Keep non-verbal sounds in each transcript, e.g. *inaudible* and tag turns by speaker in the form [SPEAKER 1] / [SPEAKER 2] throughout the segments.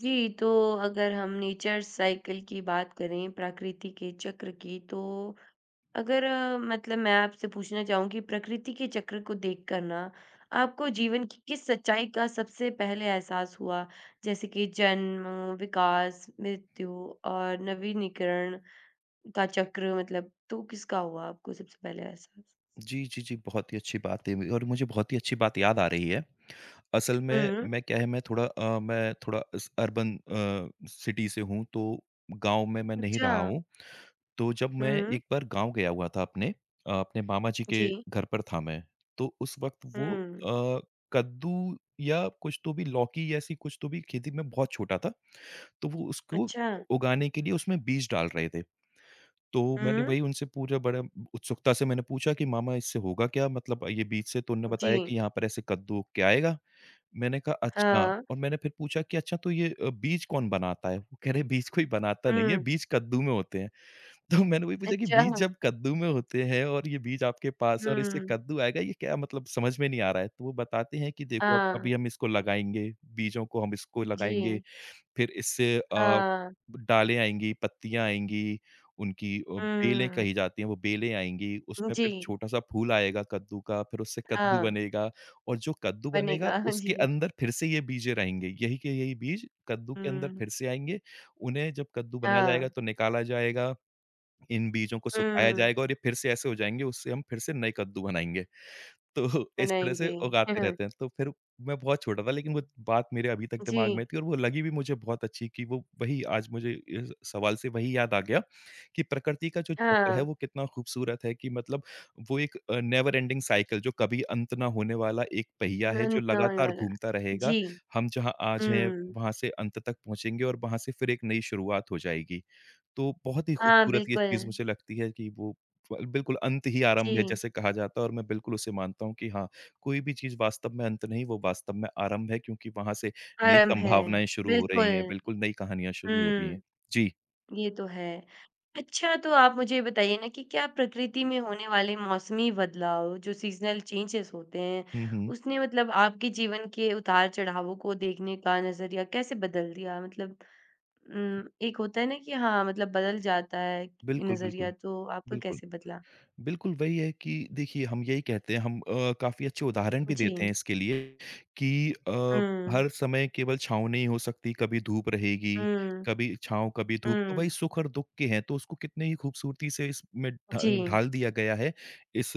[SPEAKER 1] जी, तो अगर हम नेचर साइकिल की बात करें, प्रकृति के चक्र की, तो अगर मतलब मैं आपसे पूछना चाहूँ कि प्रकृति के चक्र को देखकर ना, आपको जीवन की किस सच्चाई का सबसे पहले एहसास हुआ? जैसे कि जन्म, विकास, मृत्यु और नवीनीकरण का चक्र मतलब तो किसका हुआ आपको सबसे पहले एहसास?
[SPEAKER 2] जी, जी, जी, बहुत ही अच्छी बात है और मुझे बहुत ही अच्छी बात याद आ रही है। असल में
[SPEAKER 1] हुँ,
[SPEAKER 2] मैं क्या है मैं थोड़ा इस अर्बन सिटी से हूँ तो गाँव में मैं नहीं
[SPEAKER 1] अच्छा।
[SPEAKER 2] रहा हूँ। तो जब मैं
[SPEAKER 1] हुँ,
[SPEAKER 2] एक बार गाँव गया हुआ था अपने मामा जी
[SPEAKER 1] जी।
[SPEAKER 2] के घर पर था मैं। तो उस वक़्त वो
[SPEAKER 1] हुँ,
[SPEAKER 2] कद्दू या कुछ तो भी लौकी ऐसी कुछ तो भी खेती मैं बहुत छोटा था। तो वो उसको
[SPEAKER 1] अच्छा।
[SPEAKER 2] उगाने के लिए उसमें बीज डाल रहे थे। तो मैंने
[SPEAKER 1] हुँ,
[SPEAKER 2] वही उनसे पूरा बड़ा उत्सुकता से मैंने पूछा कि मामा इससे होगा क्या? मतलब ये बीज से तो उन्होंने बताया
[SPEAKER 1] जी,
[SPEAKER 2] कि यहाँ पर ऐसे कद्दू उग के आएगा। मैंने कहा अच्छा
[SPEAKER 1] हाँ।
[SPEAKER 2] और मैंने फिर पूछा कि अच्छा तो ये बीज कौन बनाता है? वो कह रहे बीज कोई बनाता नहीं है,
[SPEAKER 1] हुँ,
[SPEAKER 2] बीज कद्दू में होते हैं। तो मैंने वही पूछा कि
[SPEAKER 1] अच्छा।
[SPEAKER 2] बीज जब कद्दू में होते हैं और ये बीज आपके पास है और इससे
[SPEAKER 1] हुँ।
[SPEAKER 2] कद्दू आएगा ये क्या मतलब समझ में नहीं आ रहा है। तो वो बताते हैं कि देखो अब
[SPEAKER 1] हाँ,
[SPEAKER 2] अभी हम इसको लगाएँगे, बीजों को हम इसको लगाएँगे
[SPEAKER 1] जी।
[SPEAKER 2] फिर इससे
[SPEAKER 1] हाँ।
[SPEAKER 2] डालें आएँगी, पत्तियाँ आएँगी, उनकी बेलें
[SPEAKER 1] हुँ।
[SPEAKER 2] कही जाती हैं, वो बेलें आएँगी, उसमें
[SPEAKER 1] जी।
[SPEAKER 2] फिर छोटा-सा फूल आएगा कद्दू का, फिर उससे कद्दू
[SPEAKER 1] हाँ,
[SPEAKER 2] बनेगा और जो कद्दू बनेगा,
[SPEAKER 1] बनेगा। *laughs*
[SPEAKER 2] उसके
[SPEAKER 1] जी।
[SPEAKER 2] अंदर फिर से ये बीजें रहेंगे। यही के यही बीज कद्दू के अंदर
[SPEAKER 1] हुँ।
[SPEAKER 2] फिर से आएँगे। उन्हें जब कद्दू बनाया जाएगा,
[SPEAKER 1] हाँ।
[SPEAKER 2] तो निकाला जाएगा, इन बीजों को सुखाया
[SPEAKER 1] हुँ,
[SPEAKER 2] जाएगा और ये फिर से ऐसे हो जाएँगे, उससे हम फिर से नए कद्दू बनाएँगे। तो इस तरह से
[SPEAKER 1] बनाएँगे।
[SPEAKER 2] उगाते
[SPEAKER 1] *laughs*
[SPEAKER 2] रहते हैं। तो फिर मैं बहुत छोटा था लेकिन वो बात मेरे अभी तक
[SPEAKER 1] जी।
[SPEAKER 2] दिमाग में थी और वो लगी भी मुझे बहुत अच्छी कि वो वही आज मुझे इस सवाल से वही याद आ गया कि प्रकृति का जो चक्र है
[SPEAKER 1] हाँ,
[SPEAKER 2] वो कितना खूबसूरत है कि मतलब वो एक नेवर एंडिंग साइकिल जो कभी अंत ना होने वाला एक पहिया है जो
[SPEAKER 1] अंत ना होने
[SPEAKER 2] लगातार
[SPEAKER 1] वाला।
[SPEAKER 2] घूमता रहेगा।
[SPEAKER 1] जी।
[SPEAKER 2] हम जहाँ आज हैं
[SPEAKER 1] हुँ।
[SPEAKER 2] वहाँ से अंत तक पहुँचेंगे और वहाँ से फिर एक नई शुरुआत हो जाएगी। तो बहुत ही
[SPEAKER 1] हाँ,
[SPEAKER 2] खूबसूरत ये
[SPEAKER 1] बिल्कुल।
[SPEAKER 2] चीज़ मुझे लगती है कि वो ब बिल्कुल अंत ही आरंभ है
[SPEAKER 1] जी,
[SPEAKER 2] जैसे कहा जाता है और मैं बिल्कुल उसे मानता हूँ कि हाँ, कोई भी चीज़ वास्तव में अंत नहीं, वो वास्तव में आरंभ है क्योंकि वहाँ से नई
[SPEAKER 1] आरंभ है।
[SPEAKER 2] संभावनाएँ शुरू हो रही
[SPEAKER 1] बिल्कुल।
[SPEAKER 2] हैं, बिल्कुल नई कहानियाँ
[SPEAKER 1] हुँ।
[SPEAKER 2] शुरू हो रही हैं। जी।
[SPEAKER 1] ये तो है। अच्छा तो आप मुझे बताइए ना कि क्या प्रकृति में होने वाले मौसमी बदलाव जो सीज़नल चेंजेज़ होते हैं,
[SPEAKER 2] हुँ, हुँ।
[SPEAKER 1] उसने मतलब आपके जीवन के उतार-चढ़ावों को देखने का नज़रिया कैसे बदल दिया? मतलब एक होता है ना कि हाँ, मतलब बदल जाता है
[SPEAKER 2] बिल्कुल,
[SPEAKER 1] नज़रिया
[SPEAKER 2] बिल्कुल,
[SPEAKER 1] तो आपका
[SPEAKER 2] बिल्कुल।
[SPEAKER 1] कैसे बदला?
[SPEAKER 2] बिल्कुल वही है कि देखिए हम यही कहते हैं हम काफ़ी अच्छे उदाहरण भी
[SPEAKER 1] जी।
[SPEAKER 2] देते हैं इसके लिए कि
[SPEAKER 1] हुँ।
[SPEAKER 2] हर समय केवल छाँव नहीं हो सकती, कभी धूप रहेगी,
[SPEAKER 1] हुँ,
[SPEAKER 2] कभी छाँव, कभी धूप, तो
[SPEAKER 1] हुँ।
[SPEAKER 2] वही सुख और दुःख के हैं, तो उसको कितने ही खूबसूरती से इसमें ढा
[SPEAKER 1] जी।
[SPEAKER 2] ढाल दिया गया है, इस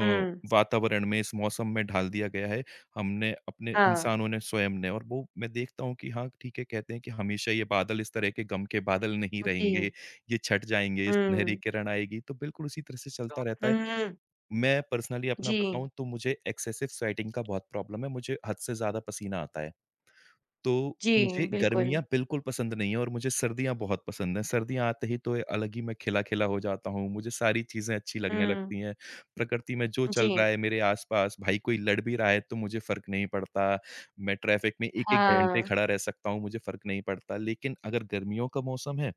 [SPEAKER 1] हुँ।
[SPEAKER 2] वातावरण में, इस मौसम में ढाल दिया गया है, हमने अपने
[SPEAKER 1] हाँ।
[SPEAKER 2] इंसानों ने, स्वयं ने और वो मैं देखता हूँ कि हाँ, ठीक है, कहते हैं कि हमेशा ये बादल इस तरह के गम के बादल नहीं
[SPEAKER 1] जी।
[SPEAKER 2] रहेंगे। ये छँट जाएँगे, सुनहरी
[SPEAKER 1] हुँ।
[SPEAKER 2] किरण आएगी, तो बिल्कुल उसी तरह से चलता रहता
[SPEAKER 1] हुँ,
[SPEAKER 2] है।
[SPEAKER 1] हुँ।
[SPEAKER 2] मैं पर्सनली अपना
[SPEAKER 1] जी।
[SPEAKER 2] बताऊँ तो मुझे एक्सेसिव स्वेटिंग का बहुत प्रॉब्लम है, मुझे हद से ज़्यादा पसीना आता है। तो
[SPEAKER 1] जी,
[SPEAKER 2] मुझे
[SPEAKER 1] बिल्कुल।
[SPEAKER 2] गर्मियाँ बिल्कुल पसंद नहीं है और मुझे सर्दियाँ बहुत पसंद हैं। सर्दियाँ आते ही तो अलग ही मैं खिला-खिला हो जाता हूँ, मुझे सारी चीज़ें अच्छी लगने
[SPEAKER 1] हुँ।
[SPEAKER 2] लगती हैं। प्रकृति में जो
[SPEAKER 1] जी।
[SPEAKER 2] चल रहा है मेरे आस-पास, भाई कोई लड़ भी रहा है तो मुझे फ़र्क नहीं पड़ता। मैं ट्रैफ़िक में 1-1 घंटे
[SPEAKER 1] हाँ,
[SPEAKER 2] खड़ा रह सकता हूँ, मुझे फ़र्क नहीं पड़ता। लेकिन अगर गर्मियों का मौसम है,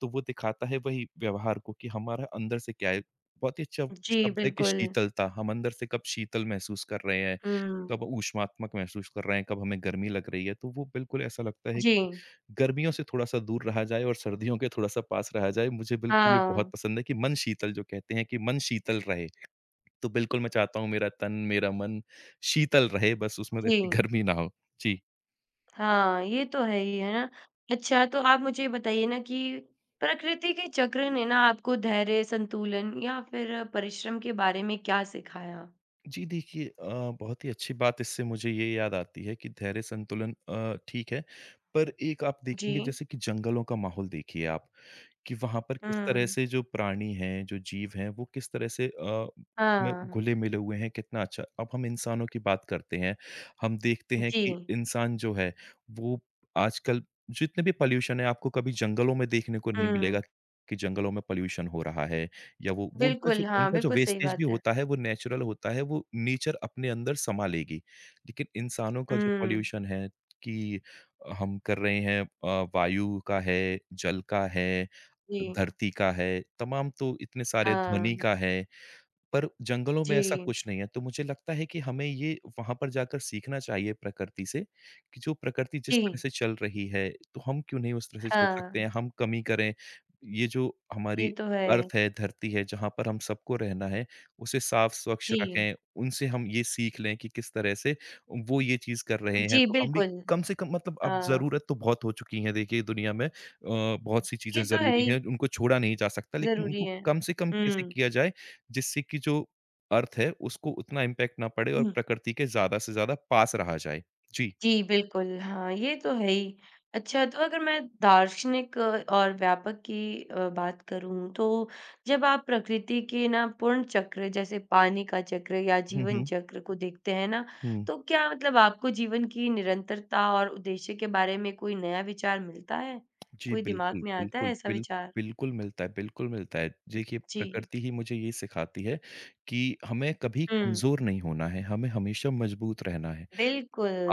[SPEAKER 2] तो वो दिखाता है वही व्यवहार को कि हमारा अंदर से क्या है। बहुत ही अच्छा
[SPEAKER 1] जी,
[SPEAKER 2] शब्द है कि
[SPEAKER 1] बिल्कुल।
[SPEAKER 2] शीतलता, हम अंदर से कब शीतल महसूस कर रहे हैं।
[SPEAKER 1] हुँ,
[SPEAKER 2] कब ऊष्मात्मक महसूस कर रहे हैं, कब हमें गर्मी लग रही है, तो वो बिल्कुल ऐसा लगता है कि
[SPEAKER 1] जी,
[SPEAKER 2] गर्मियों से थोड़ा-सा दूर रहा जाए और सर्दियों के थोड़ा-सा पास रहा जाए। मुझे बिल्कुल ये बहुत
[SPEAKER 1] हाँ,
[SPEAKER 2] पसंद है कि मन शीतल जो कहते हैं कि मन शीतल रहे। तो बिल्कुल मैं चाहता हूँ मेरा तन, मेरा मन शीतल रहे बस उसमें
[SPEAKER 1] जी,
[SPEAKER 2] वैसी गर्मी ना हो। जी।
[SPEAKER 1] हाँ, ये तो है ही, है ना? अच्छा, तो आप मुझे बताइए ना कि प्रकृति के चक्र ने ना आपको धैर्य, संतुलन या फिर परिश्रम के बारे में क्या सिखाया?
[SPEAKER 2] जी, देखिए बहुत ही अच्छी बात इससे मुझे ये याद आती है कि धैर्य संतुलन ठीक है, पर एक आप देखेंगे
[SPEAKER 1] जी,
[SPEAKER 2] जैसे कि जंगलों का माहौल देखिए आप। कि वहाँ पर किस तरह
[SPEAKER 1] हुँ,
[SPEAKER 2] से जो प्राणी हैं, जो जीव हैं, वो किस तरह से उसमें
[SPEAKER 1] हाँ,
[SPEAKER 2] घुले-मिले हुए हैं, कितना अच्छा अब हम इंसानों की बात करते हैं, हम देखते हैं कि
[SPEAKER 1] जी,
[SPEAKER 2] इंसान जो है, वो आजकल जितने भी पॉल्यूशन है, आपको कभी जंगलों में देखने को नहीं
[SPEAKER 1] हुँ,
[SPEAKER 2] मिलेगा कि जंगलों में पॉल्यूशन हो रहा है या वो उनका जो
[SPEAKER 1] बिल्कुल, हाँ,
[SPEAKER 2] उनका जो
[SPEAKER 1] बिल्कुल सही
[SPEAKER 2] वेस्टेज भी
[SPEAKER 1] बात है।
[SPEAKER 2] होता है, वो नेचुरल होता है, वो नेचर अपने अंदर समा लेगी। लेकिन इंसानों का जो
[SPEAKER 1] हुँ,
[SPEAKER 2] पॉल्यूशन है कि हम कर रहे हैं वायु का है, जल का है
[SPEAKER 1] जी,
[SPEAKER 2] धरती का है, तमाम तो इतने सारे
[SPEAKER 1] हाँ,
[SPEAKER 2] ध्वनि का है, पर जंगलों में ऐसा
[SPEAKER 1] जी,
[SPEAKER 2] कुछ नहीं है, तो मुझे लगता है कि हमें ये वहाँ पर जाकर सीखना चाहिए प्रकृति से, कि जो प्रकृति जिस
[SPEAKER 1] जी,
[SPEAKER 2] तरह से चल रही है, तो हम क्यों नहीं उस तरह से चल
[SPEAKER 1] हाँ,
[SPEAKER 2] सकते हैं? हम कमी करें, ये जो
[SPEAKER 1] ये
[SPEAKER 2] हमारी
[SPEAKER 1] तो है।
[SPEAKER 2] अर्थ है, धरती है, जहाँ पर हम सबको रहना है, उसे साफ स्वच्छ
[SPEAKER 1] जी,
[SPEAKER 2] रखें, उनसे हम ये सीख लें कि किस तरह से वो ये चीज़ कर रहे हैं,
[SPEAKER 1] जी,
[SPEAKER 2] तो हम भी
[SPEAKER 1] बिल्कुल,
[SPEAKER 2] कम से कम मतलब अब
[SPEAKER 1] हाँ।
[SPEAKER 2] ज़रूरत तो बहुत हो चुकी है देखिए दुनिया में बहुत-सी चीज़ें
[SPEAKER 1] ये तो है
[SPEAKER 2] ज़रूरी
[SPEAKER 1] ही,
[SPEAKER 2] हैं, उनको छोड़ा नहीं जा सकता, लेकिन
[SPEAKER 1] ज़रूरी
[SPEAKER 2] उनको
[SPEAKER 1] है।
[SPEAKER 2] कम से कम कैसे
[SPEAKER 1] हुँ।
[SPEAKER 2] किया जाए जिससे कि जो अर्थ है उसको उतना इम्पैक्ट ना पड़े और प्रकृति के ज़्यादा से ज़्यादा पास रहा जाए। जी।
[SPEAKER 1] जी, बिल्कुल, हाँ, ये तो है ही। अच्छा, तो अगर मैं दार्शनिक और व्यापक की बात करूँ, तो जब आप प्रकृति के ना पूर्ण चक्र, जैसे पानी का चक्र या
[SPEAKER 2] हुँ,
[SPEAKER 1] जीवन
[SPEAKER 2] हुँ,
[SPEAKER 1] चक्र को देखते हैं ना,
[SPEAKER 2] हुँ।
[SPEAKER 1] तो क्या मतलब आपको जीवन की निरंतरता और उद्देश्य के बारे में कोई नया विचार मिलता है?
[SPEAKER 2] जी,
[SPEAKER 1] कोई दिमाग
[SPEAKER 2] बिल्कुल,
[SPEAKER 1] में आता है
[SPEAKER 2] बिल्कुल,
[SPEAKER 1] ऐसा विचार?
[SPEAKER 2] बिल्कुल मिलता है, बिल्कुल मिलता है। देखिए
[SPEAKER 1] जी।
[SPEAKER 2] प्रकृति ही मुझे ये सिखाती है कि हमें कभी
[SPEAKER 1] हुँ,
[SPEAKER 2] कमज़ोर नहीं होना है, हमें हमेशा मजबूत रहना है।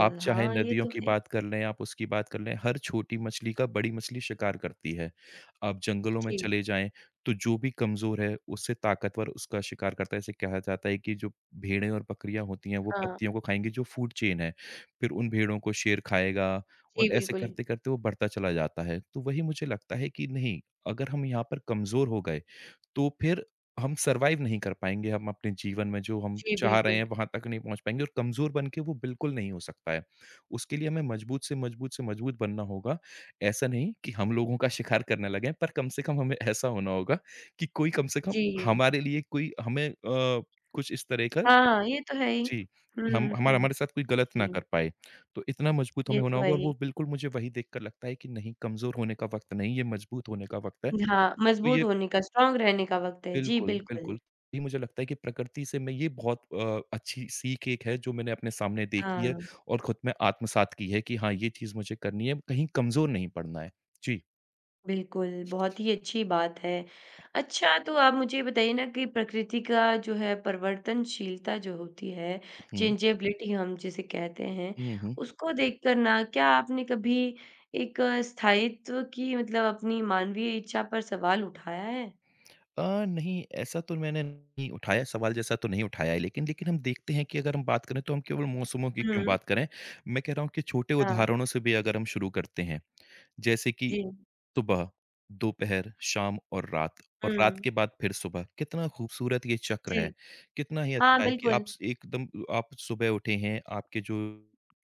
[SPEAKER 2] आप चाहे
[SPEAKER 1] हाँ, ये
[SPEAKER 2] नदियों
[SPEAKER 1] तो
[SPEAKER 2] की
[SPEAKER 1] है ही।
[SPEAKER 2] बात कर लें, आप उसकी बात कर लें, हर छोटी मछली का बड़ी मछली शिकार करती है। आप जंगलों में
[SPEAKER 1] जी,
[SPEAKER 2] चले जाएँ, तो जो भी कमज़ोर है, उससे ताकतवर उसका शिकार करता है। इसे कहा जाता है कि जो भेड़ें और बकरियाँ होती हैं, वो
[SPEAKER 1] हाँ।
[SPEAKER 2] पत्तियों को खाएँगी, जो फूड चेन है। फिर उन भेड़ों को शेर खाएगा और
[SPEAKER 1] जी,
[SPEAKER 2] ऐसे
[SPEAKER 1] बिल्कुल।
[SPEAKER 2] करते-करते वो बढ़ता चला जाता है। तो वही मुझे लगता है कि नहीं, अगर हम यहाँ पर कमज़ोर हो गए तो फिर हम सर्वाइव नहीं कर पाएँगे, हम अपने जीवन में जो हम
[SPEAKER 1] जी,
[SPEAKER 2] चाह रहे
[SPEAKER 1] बिल्कुल।
[SPEAKER 2] हैं वहाँ तक नहीं पहुँच पाएँगे और कमज़ोर बन के वो बिल्कुल नहीं हो सकता है। उसके लिए हमें मजबूत से मजबूत से मजबूत बनना होगा। ऐसा नहीं कि हम लोगों का शिकार करने लगें, पर कम से कम हमें ऐसा होना होगा कि कोई कम से कम
[SPEAKER 1] जी।
[SPEAKER 2] हमारे लिए कोई हमें कुछ इस तरह का
[SPEAKER 1] हाँ, ये तो है ही।
[SPEAKER 2] जी, कि हम
[SPEAKER 1] हुँ,
[SPEAKER 2] हमारा
[SPEAKER 1] हुँ।
[SPEAKER 2] हमारे साथ कोई गलत ना
[SPEAKER 1] जी,
[SPEAKER 2] कर पाए। तो इतना मजबूत हमें
[SPEAKER 1] ये
[SPEAKER 2] होना
[SPEAKER 1] तो है
[SPEAKER 2] होगा और वो
[SPEAKER 1] ही।
[SPEAKER 2] बिल्कुल मुझे वही देखकर लगता है कि नहीं कमज़ोर होने का वक़्त नहीं, ये मजबूत होने का वक़्त है।
[SPEAKER 1] हाँ,
[SPEAKER 2] तो
[SPEAKER 1] मज़बूत
[SPEAKER 2] ये
[SPEAKER 1] होने का, स्ट्रॉन्ग रहने का वक़्त है। जी,
[SPEAKER 2] बिल्कुल,
[SPEAKER 1] बिल्कुल।
[SPEAKER 2] बिल्कुल। ये मुझे लगता है कि प्रकृति से मैं ये बहुत अच्छी सीख एक है जो मैंने अपने सामने देखी
[SPEAKER 1] हाँ,
[SPEAKER 2] है और खुद में आत्मसात की है कि हाँ, ये चीज़ मुझे करनी है, कहीं कमज़ोर नहीं पड़ना है। जी।
[SPEAKER 1] बिल्कुल, बहुत ही अच्छी बात है। अच्छा, तो आप मुझे ये बताइए ना कि प्रकृति का जो है परिवर्तनशीलता जो होती है,
[SPEAKER 2] हुँ।
[SPEAKER 1] चेंजेबिलिटी हम जिसे कहते हैं,
[SPEAKER 2] हुँ, हुँ।
[SPEAKER 1] उसको देखकर ना क्या आपने कभी एक स्थायित्व की मतलब अपनी मानवीय इच्छा पर सवाल उठाया है?
[SPEAKER 2] नहीं ऐसा तो मैंने नहीं उठाया सवाल जैसा तो नहीं उठाया है लेकिन हम देखते हैं कि अगर हम बात करें तो हम केवल मौसमों की क्यों
[SPEAKER 1] हुँ।
[SPEAKER 2] बात करें। मैं कह रहा हूँ कि छोटे
[SPEAKER 1] हाँ,
[SPEAKER 2] उदाहरणों से भी अगर हम शुरू करते हैं, जैसे कि
[SPEAKER 1] जी।
[SPEAKER 2] सुबह, दोपहर, शाम
[SPEAKER 1] हुँ,
[SPEAKER 2] और रात के बाद फिर सुबह। कितना खूबसूरत ये चक्र
[SPEAKER 1] जी।
[SPEAKER 2] है। कितना ही
[SPEAKER 1] हाँ,
[SPEAKER 2] अच्छा है कि
[SPEAKER 1] बिल्कुल।
[SPEAKER 2] आप स एकदम आप सुबह उठे हैं, आपके जो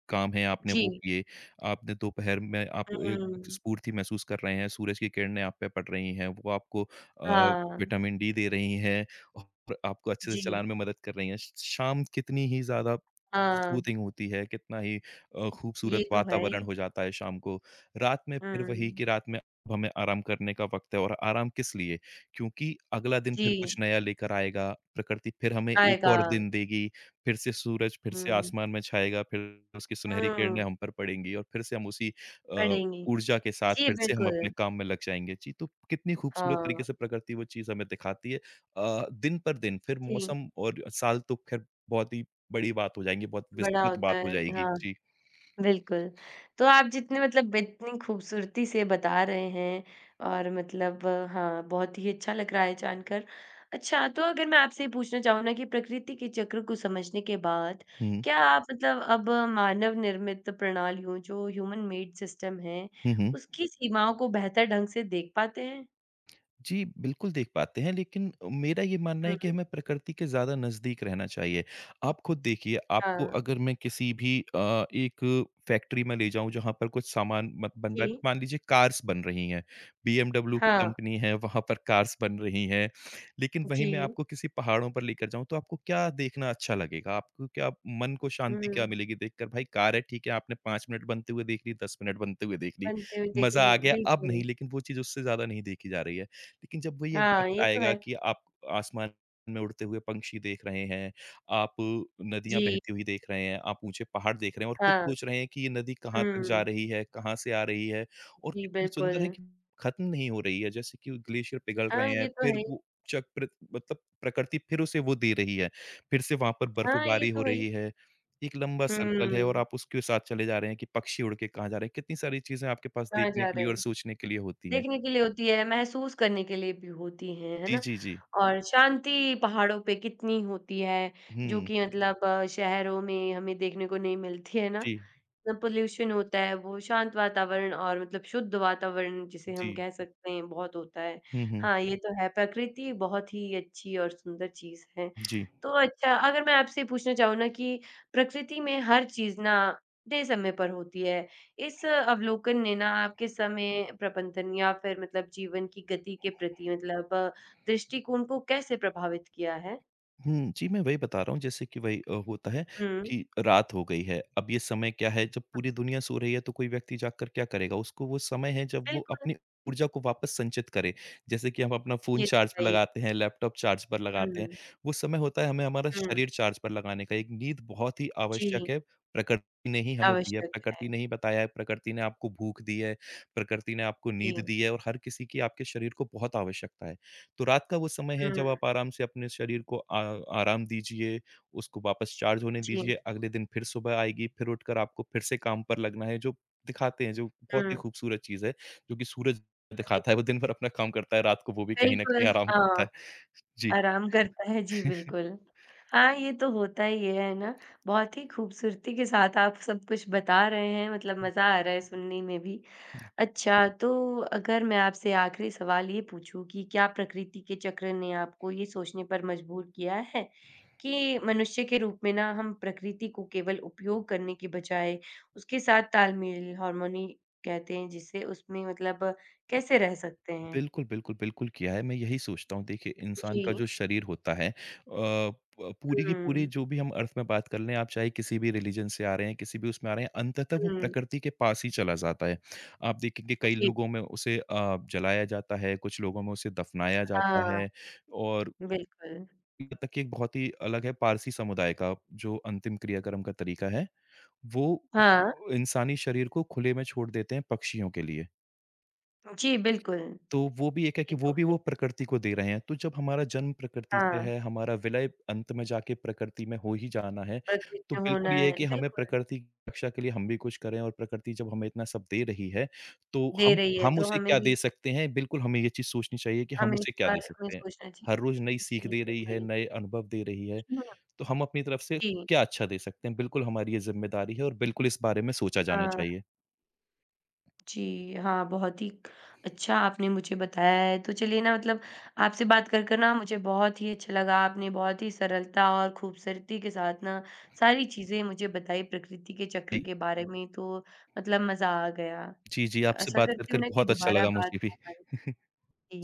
[SPEAKER 2] काम हैं आपने
[SPEAKER 1] जी।
[SPEAKER 2] वो किए, आपने दोपहर में आप एक एक
[SPEAKER 1] हुँ,
[SPEAKER 2] स्फूर्ति महसूस कर रहे हैं, सूरज की किरणें आप पे पड़ रही हैं, वो आपको
[SPEAKER 1] हाँ,
[SPEAKER 2] विटामिन डी दे रही हैं और आपको अच्छे से
[SPEAKER 1] जी,
[SPEAKER 2] चलाने में मदद कर रही हैं। श शाम कितनी ही ज़्यादा
[SPEAKER 1] हाँ,
[SPEAKER 2] सूथिंग होती है, कितना ही खूबसूरत
[SPEAKER 1] ये तो है
[SPEAKER 2] वातावरण
[SPEAKER 1] ही।
[SPEAKER 2] हो जाता है शाम को। रात में फिर वही
[SPEAKER 1] हुँ,
[SPEAKER 2] कि रात में अब हमें आराम करने का वक़्त है और आराम किस लिए? क्योंकि अगला दिन फिर
[SPEAKER 1] जी,
[SPEAKER 2] कुछ नया लेकर आएगा, प्रकृति फिर हमें एक
[SPEAKER 1] आएगा।
[SPEAKER 2] और दिन देगी, फिर से सूरज फिर से
[SPEAKER 1] हुँ,
[SPEAKER 2] आसमान में छाएगा, फिर उसकी सुनहरी किरणें
[SPEAKER 1] हुँ,
[SPEAKER 2] हम पर पड़ेंगी और फिर से हम उसी अ,
[SPEAKER 1] पढ़ेंगे।
[SPEAKER 2] ऊर्जा के साथ
[SPEAKER 1] जी,
[SPEAKER 2] फिर से हम अपने
[SPEAKER 1] बिल्कुल।
[SPEAKER 2] काम में लग जाएँगे। जी, तो कितनी खूबसूरत तरीके
[SPEAKER 1] हाँ,
[SPEAKER 2] से प्रकृति वो चीज़ हमें दिखाती है दिन पर दिन, फिर
[SPEAKER 1] जी,
[SPEAKER 2] मौसम और साल तो ख़ैर बहुत ही बड़ी बात हो जाएँगी, बहुत
[SPEAKER 1] बड़ा
[SPEAKER 2] विस्तृत बात
[SPEAKER 1] होता
[SPEAKER 2] हो
[SPEAKER 1] है।
[SPEAKER 2] जाएगी।
[SPEAKER 1] हाँ।
[SPEAKER 2] जी।
[SPEAKER 1] बिल्कुल। तो आप जितने मतलब इतनी खूबसूरती से बता रहे हैं और मतलब हाँ, बहुत ही अच्छा लग रहा है जानकर। अच्छा, तो अगर मैं आपसे ये पूछना चाहूँ ना कि प्रकृति के चक्र को समझने के बाद,
[SPEAKER 2] हुँ,
[SPEAKER 1] क्या आप मतलब अब मानव निर्मित प्रणालियों जो ह्यूमन मेड सिस्टम है,
[SPEAKER 2] हुँ, हुँ।
[SPEAKER 1] उसकी सीमाओं को बेहतर ढंग से देख पाते हैं?
[SPEAKER 2] जी, बिल्कुल देख पाते हैं, लेकिन मेरा ये मानना है
[SPEAKER 1] हुँ,
[SPEAKER 2] कि हमें प्रकृति के ज़्यादा नज़दीक रहना चाहिए। आप खुद देखिए, आपको
[SPEAKER 1] हाँ।
[SPEAKER 2] अगर मैं किसी भी एक फैक्ट्री में ले जाऊँ जहाँ पर कुछ सामान मत बन रहा
[SPEAKER 1] जी।
[SPEAKER 2] है, मान लीजिए कार्स बन रही हैं, बीएमडब्ल्यू की
[SPEAKER 1] हाँ,
[SPEAKER 2] कंपनी है, वहाँ पर कार्स बन रही हैं। लेकिन वहीं मैं
[SPEAKER 1] जी।
[SPEAKER 2] आपको किसी पहाड़ों पर लेकर जाऊँ, तो आपको क्या देखना अच्छा लगेगा? आपको क्या मन को शांति क्या
[SPEAKER 1] हुँ,
[SPEAKER 2] मिलेगी देखकर? भाई कार है, ठीक है, आपने 5 मिनट बनते हुए देख ली, 10 मिनट बनते हुए देख ली,
[SPEAKER 1] बनते हुए देख
[SPEAKER 2] मज़ा आ
[SPEAKER 1] लिए,
[SPEAKER 2] गया, अब नहीं,
[SPEAKER 1] बिल्कुल।
[SPEAKER 2] लेकिन वो चीज़ उससे ज़्यादा नहीं देखी जा रही है। लेकिन जब वही एक
[SPEAKER 1] हाँ,
[SPEAKER 2] वक़्त
[SPEAKER 1] ये तो
[SPEAKER 2] आएगा
[SPEAKER 1] है।
[SPEAKER 2] कि आप आसमान में उड़ते हुए पंक्षी देख रहे हैं, आप नदियाँ
[SPEAKER 1] जी,
[SPEAKER 2] बहती हुई देख रहे हैं, आप ऊँचे पहाड़ देख रहे हैं और खुद
[SPEAKER 1] हाँ।
[SPEAKER 2] सोच रहे हैं कि ये नदी कहाँ तक जा
[SPEAKER 1] हुँ।
[SPEAKER 2] रही है, कहाँ से आ रही है और
[SPEAKER 1] जी,
[SPEAKER 2] कितनी सुंदर
[SPEAKER 1] बिल्कुल।
[SPEAKER 2] है कि खत्म नहीं हो रही है, जैसे कि ग्लेशियर पिघल
[SPEAKER 1] हाँ,
[SPEAKER 2] रहे हैं,
[SPEAKER 1] ये तो
[SPEAKER 2] फिर
[SPEAKER 1] है ही।
[SPEAKER 2] वो चक्र मतलब प्रकृति फिर उसे वो दे रही है, फिर से वहाँ पर
[SPEAKER 1] हाँ, ये
[SPEAKER 2] बर्फबारी हो
[SPEAKER 1] तो है ही।
[SPEAKER 2] रही है, एक लंबा सर्कल है और
[SPEAKER 1] हुँ,
[SPEAKER 2] आप उसके साथ चले जा रहे हैं कि पक्षी उड़ के कहाँ जा रहे हैं, कितनी सारी चीज़ें आपके पास
[SPEAKER 1] कहाँ
[SPEAKER 2] देखने
[SPEAKER 1] जा
[SPEAKER 2] के लिए
[SPEAKER 1] रहे
[SPEAKER 2] और
[SPEAKER 1] हैं।
[SPEAKER 2] सोचने के लिए होती हैं।
[SPEAKER 1] देखने के लिए होती है, महसूस करने के लिए भी होती हैं, है
[SPEAKER 2] जी,
[SPEAKER 1] ना?
[SPEAKER 2] जी, जी।
[SPEAKER 1] और शांति पहाड़ों पे कितनी होती है, जो
[SPEAKER 2] हुँ।
[SPEAKER 1] कि मतलब शहरों में हमें देखने को नहीं मिलती है ना?
[SPEAKER 2] जी,
[SPEAKER 1] ना पोल्यूशन होता है, वो शांत वातावरण और मतलब शुद्ध वातावरण जिसे हम
[SPEAKER 2] जी।
[SPEAKER 1] कह सकते हैं, बहुत होता है।
[SPEAKER 2] हुँ, हुँ।
[SPEAKER 1] हाँ, ये तो है, प्रकृति बहुत ही अच्छी और सुंदर चीज़ है।
[SPEAKER 2] जी।
[SPEAKER 1] तो अच्छा, अगर मैं आपसे पूछना चाहूँ ना कि प्रकृति में हर चीज़ ना अपने समय पर होती है। इस अवलोकन ने ना आपके समय प्रबंधन या फिर मतलब जीवन की गति के प्रति मतलब दृष्टिकोण को कैसे प्रभावित किया है?
[SPEAKER 2] हुँ, जी, मैं वही बता रहा हूँ जैसे कि होता है
[SPEAKER 1] हुँ,
[SPEAKER 2] कि रात हो गई है। अब ये समय क्या है जब
[SPEAKER 1] हुँ,
[SPEAKER 2] पूरी दुनिया सो रही है तो कोई व्यक्ति जागकर क्या करेगा? उसको वो समय है जब वो
[SPEAKER 1] बिल्कुल,
[SPEAKER 2] अपनी ऊर्जा को वापस संचित करे। जैसे कि हम अपना फ़ोन
[SPEAKER 1] ये
[SPEAKER 2] चार्ज
[SPEAKER 1] तो
[SPEAKER 2] पर
[SPEAKER 1] है ही।
[SPEAKER 2] लगाते हैं, लैपटॉप चार्ज पर लगाते हैं।
[SPEAKER 1] हुँ,
[SPEAKER 2] वो समय होता है हमें हमारा
[SPEAKER 1] हुँ,
[SPEAKER 2] शरीर चार्ज पर लगाने का। एक नींद बहुत ही आवश्यक
[SPEAKER 1] जी,
[SPEAKER 2] है। प्रकृति ने ही हमें दी है,
[SPEAKER 1] आवश्यक है।
[SPEAKER 2] प्रकृति ने ही बताया है, प्रकृति ने आपको भूख दी है, प्रकृति ने आपको नींद
[SPEAKER 1] जी।
[SPEAKER 2] दी है और हर किसी की आपके शरीर को बहुत आवश्यकता है। तो रात का वो समय है
[SPEAKER 1] हुँ,
[SPEAKER 2] जब आप आराम से अपने शरीर को आ आराम दीजिए, उसको वापस चार्ज होने
[SPEAKER 1] जी,
[SPEAKER 2] दीजिए, अगले दिन फिर सुबह आएगी, फिर उठकर आपको फिर से काम पर लगना है, जो दिखाते हैं, जो बहुत
[SPEAKER 1] हुँ,
[SPEAKER 2] ही खूबसूरत चीज़ है, जो कि सूरज
[SPEAKER 1] जी।
[SPEAKER 2] दिखाता है, वो दिन भर अपना काम करता है, रात को वो भी कहीं न कहीं
[SPEAKER 1] बिल्कुल,
[SPEAKER 2] आराम करता है।
[SPEAKER 1] हाँ।
[SPEAKER 2] जी।
[SPEAKER 1] आराम करता है, जी
[SPEAKER 2] *laughs*
[SPEAKER 1] बिल्कुल। हाँ, ये तो होता ही है ना? बहुत ही खूबसूरती के साथ आप सब कुछ बता रहे हैं, मतलब मज़ा आ रहा है सुनने में भी।
[SPEAKER 2] जी
[SPEAKER 1] अच्छा, तो अगर मैं आपसे आखिरी सवाल ये पूछूँ कि क्या प्रकृति के चक्र ने आपको ये सोचने पर मजबूर किया है कि मनुष्य के रूप में ना हम प्रकृति को केवल उपयोग करने के बजाय उसके साथ तालमेल, हार्मनी कहते हैं जिसे, उसमें मतलब कैसे रह सकते हैं?
[SPEAKER 2] बिल्कुल, बिल्कुल, बिल्कुल किया है। मैं यही सोचता हूँ देखिए इंसान
[SPEAKER 1] जी।
[SPEAKER 2] का जो शरीर होता है प पूरी की पूरी
[SPEAKER 1] हुँ,
[SPEAKER 2] जो भी हम अर्थ में बात कर लें, आप चाहे किसी भी रिलिजन से आ रहे हैं, किसी भी उसमें आ रहे हैं, अंततः वो
[SPEAKER 1] हुँ,
[SPEAKER 2] प्रकृति के पास ही चला जाता है। आप देखेंगे कई
[SPEAKER 1] जी।
[SPEAKER 2] लोगों में उसे जलाया जाता है, कुछ लोगों में उसे दफनाया जाता
[SPEAKER 1] हाँ,
[SPEAKER 2] है और
[SPEAKER 1] बिल्कुल।
[SPEAKER 2] यहाँ तक कि एक बहुत ही अलग है पारसी समुदाय का जो अंतिम क्रियाक्रम का तरीका है, वो
[SPEAKER 1] हाँ,
[SPEAKER 2] इंसानी शरीर को खुले में छोड़ देते हैं पक्षियों के लिए।
[SPEAKER 1] जी बिल्कुल,
[SPEAKER 2] तो वो भी एक है कि
[SPEAKER 1] ये
[SPEAKER 2] वो
[SPEAKER 1] तो
[SPEAKER 2] भी
[SPEAKER 1] है
[SPEAKER 2] वो
[SPEAKER 1] ही।
[SPEAKER 2] प्रकृति को दे रहे हैं। तो जब हमारा जन्म प्रकृति से
[SPEAKER 1] हाँ,
[SPEAKER 2] है, हमारा विलय अंत में जाके प्रकृति में हो ही जाना है, तो
[SPEAKER 1] प्रकृति होना
[SPEAKER 2] बिल्कुल ये है
[SPEAKER 1] है,
[SPEAKER 2] कि हमें
[SPEAKER 1] बिल्कुल,
[SPEAKER 2] प्रकृति की रक्षा के लिए हम भी कुछ करें और प्रकृति जब हमें इतना सब दे रही है, तो
[SPEAKER 1] दे
[SPEAKER 2] हम
[SPEAKER 1] रही है
[SPEAKER 2] हम
[SPEAKER 1] तो
[SPEAKER 2] उसे
[SPEAKER 1] हमें
[SPEAKER 2] क्या
[SPEAKER 1] भी
[SPEAKER 2] दे सकते हैं? बिल्कुल हमें ये चीज़ सोचनी चाहिए कि हम
[SPEAKER 1] हमें इस
[SPEAKER 2] उसे क्या दे
[SPEAKER 1] बारे में
[SPEAKER 2] सकते हैं।
[SPEAKER 1] सोचना
[SPEAKER 2] हर
[SPEAKER 1] चाहिए।
[SPEAKER 2] रोज़ नई सीख
[SPEAKER 1] जी,
[SPEAKER 2] दे रही है,
[SPEAKER 1] बिल्कुल।
[SPEAKER 2] नए अनुभव दे रही है,
[SPEAKER 1] हुँ,
[SPEAKER 2] तो हम अपनी तरफ से
[SPEAKER 1] जी,
[SPEAKER 2] क्या अच्छा दे सकते हैं? बिल्कुल हमारी ये ज़िम्मेदारी है और बिल्कुल इस बारे में सोचा जाना
[SPEAKER 1] हाँ।
[SPEAKER 2] चाहिए।
[SPEAKER 1] जी, हाँ, बहुत ही अच्छा आपने मुझे बताया है। तो चलिए ना मतलब आपसे बात कर ना मुझे बहुत ही अच्छा लगा। आपने बहुत ही सरलता और खूबसूरती के साथ ना सारी चीज़ें मुझे बताई प्रकृति के चक्र
[SPEAKER 2] जी।
[SPEAKER 1] के बारे में, तो मतलब मज़ा आ गया।
[SPEAKER 2] जी, जी, आपसे
[SPEAKER 1] आशा
[SPEAKER 2] बात कर
[SPEAKER 1] करती
[SPEAKER 2] कर
[SPEAKER 1] हूँ ना कि
[SPEAKER 2] बहुत अच्छा
[SPEAKER 1] दोबारा
[SPEAKER 2] लगा
[SPEAKER 1] बात
[SPEAKER 2] मुझे भी।
[SPEAKER 1] हो हमारी
[SPEAKER 2] *laughs*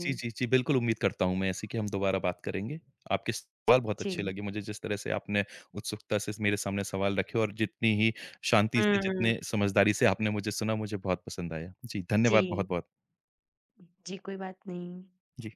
[SPEAKER 2] जी, जी, जी। बिल्कुल उम्मीद करता हूँ मैं ऐसी कि हम दोबारा बात करेंगे। आपके सवाल बहुत
[SPEAKER 1] जी।
[SPEAKER 2] अच्छे लगे मुझे जिस तरह से आपने उत्सुकता से मेरे सामने सवाल रखे और जितनी ही शांति से,
[SPEAKER 1] हुँ,
[SPEAKER 2] जितने समझदारी से आपने मुझे सुना, मुझे बहुत पसंद आया। जी, धन्यवाद
[SPEAKER 1] जी।
[SPEAKER 2] बहुत-बहुत।
[SPEAKER 1] जी, कोई बात नहीं।
[SPEAKER 2] जी।